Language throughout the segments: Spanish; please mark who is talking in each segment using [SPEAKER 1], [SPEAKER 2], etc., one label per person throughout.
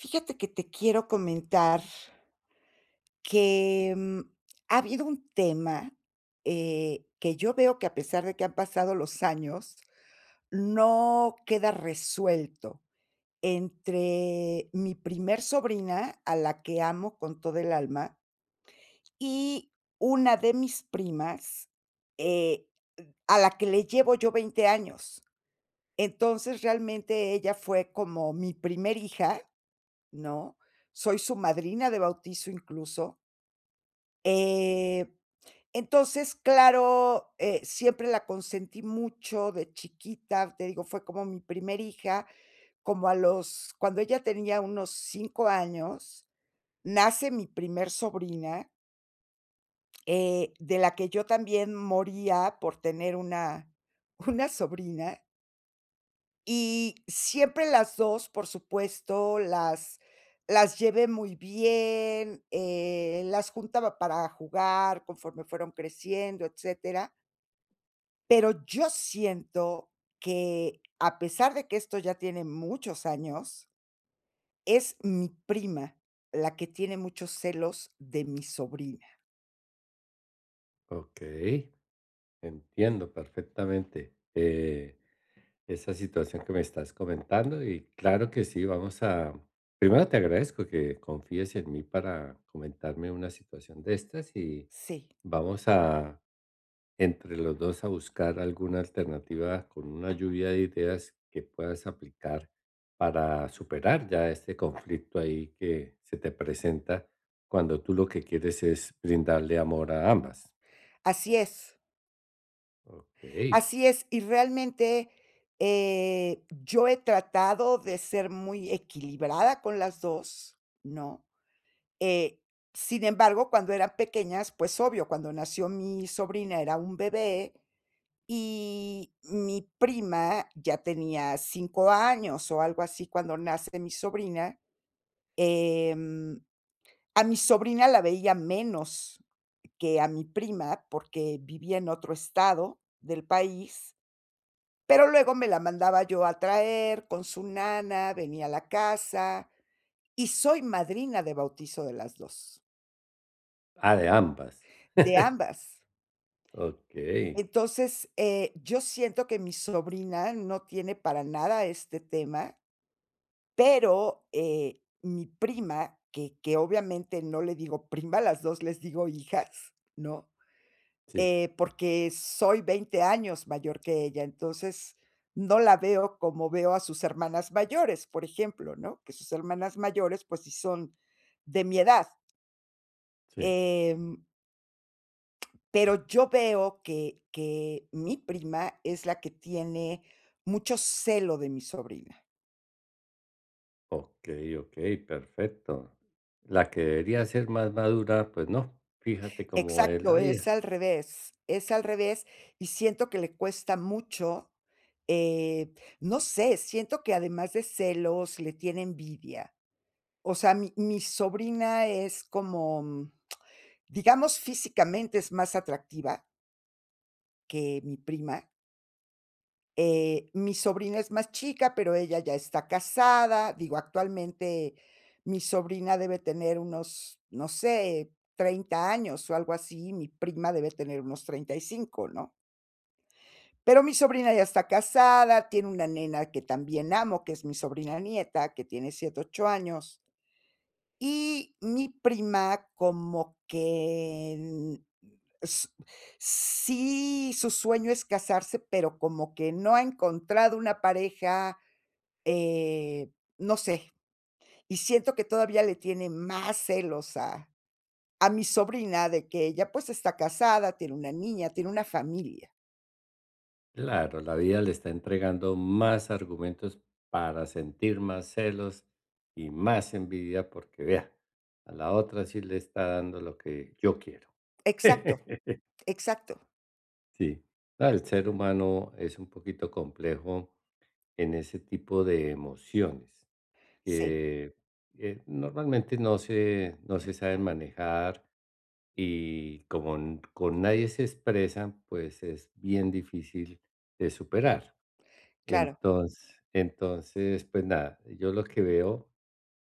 [SPEAKER 1] Fíjate que te quiero comentar que, ha habido un tema, que yo veo que a pesar de que han pasado los años, no queda resuelto entre mi primer sobrina, a la que amo con todo el alma, y una de mis primas, eh, a la que le llevo yo 20 años. Entonces, realmente ella fue como mi primer hija, ¿no? Soy su madrina de bautizo incluso. Eh, entonces, claro, siempre la consentí mucho de chiquita, te digo, fue como mi primer hija, como a los, cuando ella tenía unos 5 años, nace mi primer sobrina, de la que yo también moría por tener una, una sobrina. Y siempre las 2, por supuesto, las llevé muy bien, las juntaba para jugar conforme fueron creciendo, etcétera. Pero yo siento que, a pesar de que esto ya tiene muchos años, es mi prima la que tiene muchos celos de mi sobrina.
[SPEAKER 2] Okey, entiendo perfectamente, esa situación que me estás comentando. Y claro que sí, vamos a, primero te agradezco que confíes en mí para comentarme una situación de estas. Y
[SPEAKER 1] Sí,
[SPEAKER 2] vamos a, entre los dos, a buscar alguna alternativa con una lluvia de ideas que puedas aplicar para superar ya este conflicto ahí que se te presenta, cuando tú lo que quieres es brindarle amor a ambas.
[SPEAKER 1] así es.
[SPEAKER 2] Okey.
[SPEAKER 1] Así es, y realmente, yo he tratado de ser muy equilibrada con las dos, ¿no? Eh, Sin embargo, cuando eran pequeñas, pues obvio, cuando nació mi sobrina era un bebé y mi prima ya tenía 5 años o algo así cuando nace mi sobrina, em, a mi sobrina la veía menos que a mi prima porque vivía en otro estado del país. Pero luego me la mandaba yo a traer con su nana, venía a la casa, y soy madrina de bautizo de las 2
[SPEAKER 2] Ah, de ambas.
[SPEAKER 1] de ambas.
[SPEAKER 2] Okey.
[SPEAKER 1] Entonces, yo siento que mi sobrina no tiene para nada este tema, pero, mi prima, que obviamente no le digo prima, a las 2 les digo hijas, ¿no?
[SPEAKER 2] Sí,
[SPEAKER 1] Porque soy 20 años mayor que ella, entonces no la veo como veo a sus hermanas mayores, por ejemplo, ¿no? Que sus hermanas mayores, pues sí son de mi edad.
[SPEAKER 2] sí.
[SPEAKER 1] Em, pero yo veo que mi prima es la que tiene mucho celo de mi sobrina.
[SPEAKER 2] Okey, okey, perfecto. La que debería ser más madura, pues no, fíjate cómo es la
[SPEAKER 1] Exacto,
[SPEAKER 2] vida.
[SPEAKER 1] es al revés, y siento que le cuesta mucho, eh, no sé, siento que además de celos le tiene envidia. O sea, mi sobrina es como, digamos, físicamente es más atractiva que mi prima. Mi sobrina es más chica, pero ella ya está casada. Digo, actualmente mi sobrina debe tener unos, no sé, 30 años o algo así, mi prima debe tener unos 35, ¿no? Pero mi sobrina ya está casada, tiene una nena que también amo, que es mi sobrina nieta, que tiene 7, 8 años. Y mi prima como que, s sí, su sueño es casarse, pero como que no ha encontrado una pareja, eh, no sé, y siento que todavía le tiene más celos a mi sobrina de que ella, pues, está casada, tiene una niña, tiene una familia.
[SPEAKER 2] Claro, la vida le está entregando más argumentos para sentir más celos y más envidia, porque vea, a la otra sí le está dando lo que yo quiero.
[SPEAKER 1] Exacto, exacto.
[SPEAKER 2] Sí. No, el ser humano es un poquito complejo en ese tipo de emociones.
[SPEAKER 1] Sí,
[SPEAKER 2] Que, normalmente no se saben manejar, y como n con nadie se expresan, pues, es bien difícil de superar.
[SPEAKER 1] claro.
[SPEAKER 2] Entonces, pues nada, yo lo que veo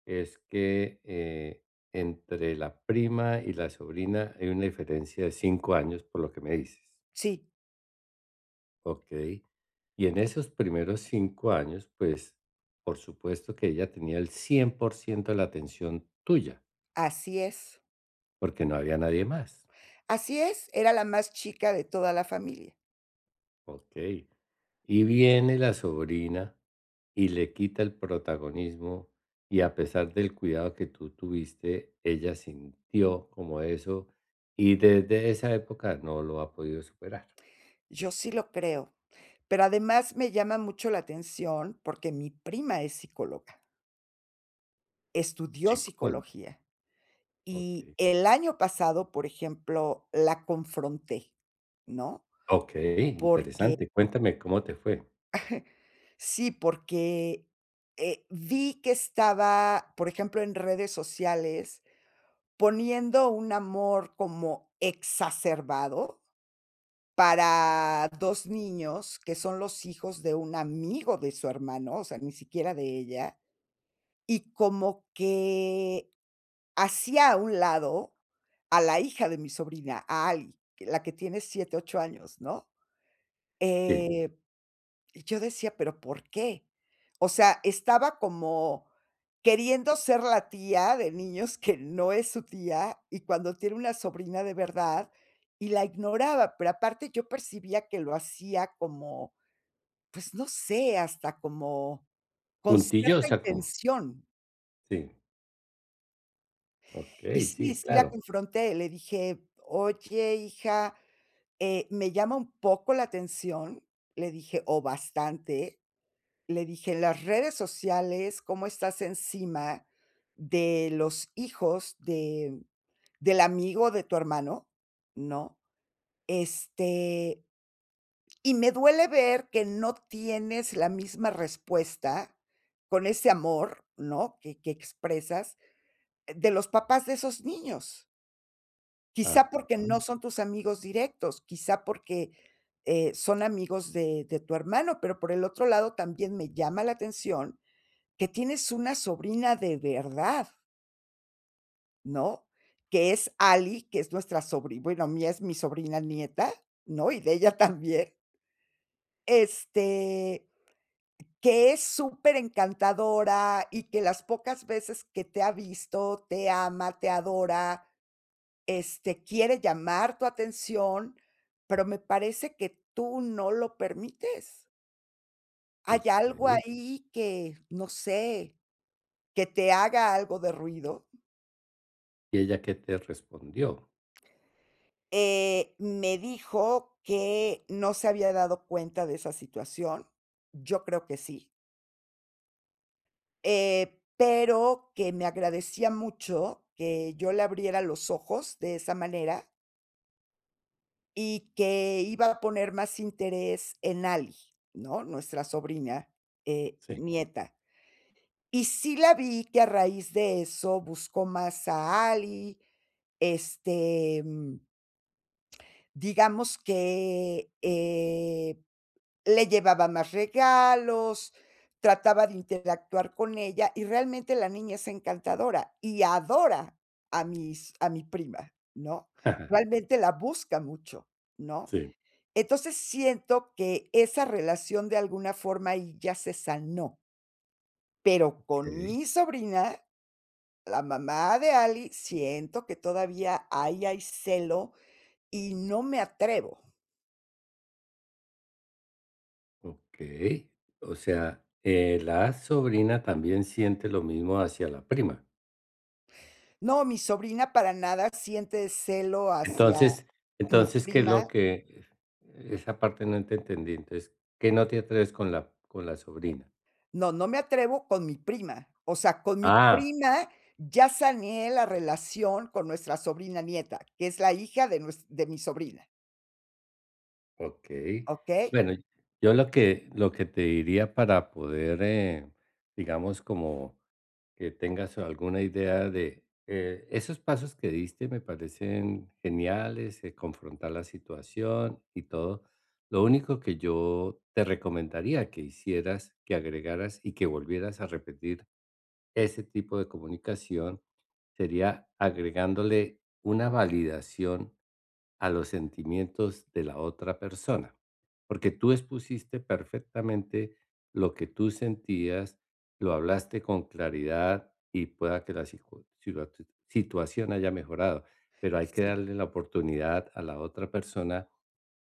[SPEAKER 2] es que, entre la prima y la sobrina hay una diferencia de 5 años, por lo que me dices,
[SPEAKER 1] Sí,
[SPEAKER 2] okey. Y en esos primeros 5 años, pues, por supuesto que ella tenía el 100% de la atención tuya.
[SPEAKER 1] así es.
[SPEAKER 2] Porque no había nadie más.
[SPEAKER 1] Así es, era la más chica de toda la familia.
[SPEAKER 2] Okey. Y viene la sobrina y le quita el protagonismo, y a pesar del cuidado que tú tuviste, ella sintió como eso, y desde esa época no lo ha podido superar.
[SPEAKER 1] Yo sí lo creo, pero además me llama mucho la atención porque mi prima es psicóloga, estudió
[SPEAKER 2] Sí. Colmo.
[SPEAKER 1] psicología y
[SPEAKER 2] Okey.
[SPEAKER 1] el año pasado, por ejemplo, la confronté, ¿no?
[SPEAKER 2] Okey,
[SPEAKER 1] Porque
[SPEAKER 2] interesante. Cuéntame cómo te fue.
[SPEAKER 1] sí, porque, vi que estaba, por ejemplo, en redes sociales poniendo un amor como exacerbado para 2 niños que son los hijos de un amigo de su hermano, o sea, ni siquiera de ella. Y como que hacía a un lado a la hija de mi sobrina, a Ali, la que tiene 7 8 años, ¿no?
[SPEAKER 2] Sí,
[SPEAKER 1] Eh, y yo decía, pero, ¿por qué? O sea, estaba como queriendo ser la tía de niños que no es su tía, y cuando tiene una sobrina de verdad, y la ignoraba, pero aparte yo percibía que lo hacía como, pues, no sé, hasta como con cierta
[SPEAKER 2] puntillosa con,
[SPEAKER 1] intención.
[SPEAKER 2] sí,
[SPEAKER 1] Y
[SPEAKER 2] okey,
[SPEAKER 1] sí,
[SPEAKER 2] sí,
[SPEAKER 1] sí la
[SPEAKER 2] claro.
[SPEAKER 1] confronté, le dije: "Oye, hija, me llama un poco la atención", le dije, "o bastante", le dije: "En las redes sociales, cómo estás encima de los hijos de del amigo de tu hermano", ¿no? Este, y me duele ver que no tienes la misma respuesta con ese amor, ¿no?, que expresas, de los papás de esos niños. Quizá porque
[SPEAKER 2] Ajá,
[SPEAKER 1] no son tus amigos directos, quizá porque, son amigos de tu hermano, pero por el otro lado también me llama la atención que tienes una sobrina de verdad, ¿no? Que es Ali, que es nuestra sobrina. Bueno, mía es mi sobrina nieta, ¿no? Y de ella también, este, que es súper encantadora y que las pocas veces que te ha visto, te ama, te adora. Este, quiere llamar tu atención, pero me parece que tú no lo permites. ¿Hay algo
[SPEAKER 2] okey.
[SPEAKER 1] ahí que, no sé, que te haga algo de ruido?
[SPEAKER 2] ¿Y ella qué te respondió?
[SPEAKER 1] Me dijo que no se había dado cuenta de esa situación, yo creo que sí, pero que me agradecía mucho que yo le abriera los ojos de esa manera. Y que iba a poner más interés en Ali, ¿no? Nuestra sobrina,
[SPEAKER 2] Sí.
[SPEAKER 1] nieta. Y sí la vi que a raíz de eso buscó más a Ali, este, digamos que, le llevaba más regalos, trataba de interactuar con ella, y realmente la niña es encantadora y adora a mi prima, ¿no? Realmente la busca mucho, ¿no?
[SPEAKER 2] Sí,
[SPEAKER 1] Entonces, siento que esa relación de alguna forma ahí ya se sanó, pero con
[SPEAKER 2] okey.
[SPEAKER 1] mi sobrina, la mamá de Ali, siento que todavía ahí hay celo y no me atrevo.
[SPEAKER 2] Okey, o sea, la sobrina también siente lo mismo hacia la prima.
[SPEAKER 1] No, mi sobrina para nada siente celo hacia
[SPEAKER 2] Entonces
[SPEAKER 1] mi
[SPEAKER 2] entonces, ¿qué es lo
[SPEAKER 1] prima.
[SPEAKER 2] que? Esa parte no te entendí. Entonces, ¿qué no te atreves con la sobrina?
[SPEAKER 1] No, no me atrevo con mi prima. O sea, con mi
[SPEAKER 2] Ah,
[SPEAKER 1] prima ya saneé la relación con nuestra sobrina nieta, que es la hija de nues de mi sobrina,
[SPEAKER 2] okey.
[SPEAKER 1] ¿Ok?
[SPEAKER 2] Bueno, yo lo que te diría para poder, digamos, como que tengas alguna idea de, esos pasos que diste me parecen geniales, confrontar la situación y todo. Lo único que yo te recomendaría que hicieras, que agregaras y que volvieras a repetir ese tipo de comunicación, sería agregándole una validación a los sentimientos de la otra persona, porque tú expusiste perfectamente lo que tú sentías, lo hablaste con claridad y pueda que la situación haya mejorado, pero hay que
[SPEAKER 1] Sí,
[SPEAKER 2] darle la oportunidad a la otra persona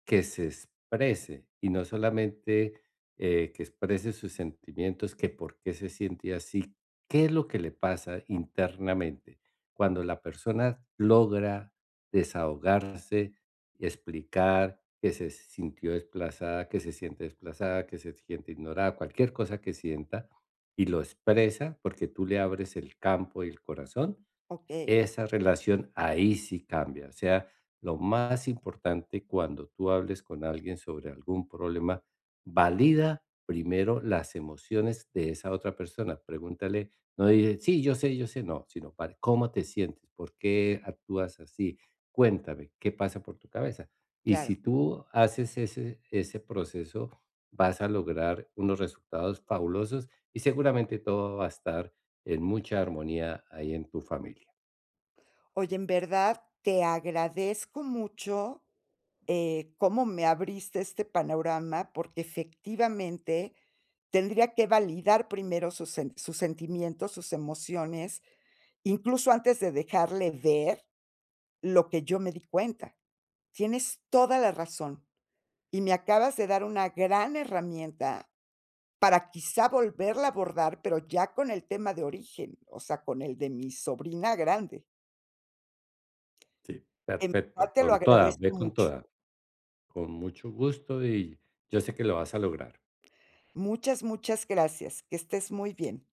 [SPEAKER 2] que se exprese, y no solamente, que exprese sus sentimientos, que por qué se siente así, qué es lo que le pasa internamente. Cuando la persona logra desahogarse y explicar que se sintió desplazada, que se siente desplazada, que se siente ignorada, cualquier cosa que sienta, y lo expresa porque tú le abres el campo y el corazón,
[SPEAKER 1] Ok.
[SPEAKER 2] esa relación ahí sí cambia. O sea, lo más importante, cuando tú hables con alguien sobre algún problema, valida primero las emociones de esa otra persona. Pregúntale, no dice sí, yo sé, no, sino "Vale, cómo te sientes, por qué actúas así, cuéntame, qué pasa por tu cabeza". Y si
[SPEAKER 1] Claro.
[SPEAKER 2] tú haces ese, ese proceso, vas a lograr unos resultados fabulosos, y seguramente todo va a estar en mucha armonía ahí en tu familia.
[SPEAKER 1] Oye, en verdad te agradezco mucho, cómo me abriste este panorama, porque efectivamente tendría que validar primero sus sentimientos, sus emociones, incluso antes de dejarle ver lo que yo me di cuenta. Tienes toda la razón, y me acabas de dar una gran herramienta para quizá volverla a abordar, pero ya con el tema de origen, o sea, con el de mi sobrina grande.
[SPEAKER 2] Sí,
[SPEAKER 1] En verdad
[SPEAKER 2] perfecto,
[SPEAKER 1] te lo
[SPEAKER 2] con toda, ve
[SPEAKER 1] agradezco
[SPEAKER 2] con
[SPEAKER 1] mucho.
[SPEAKER 2] toda, con mucho gusto, y yo sé que lo vas a lograr.
[SPEAKER 1] Muchas, muchas gracias. Que estés muy bien.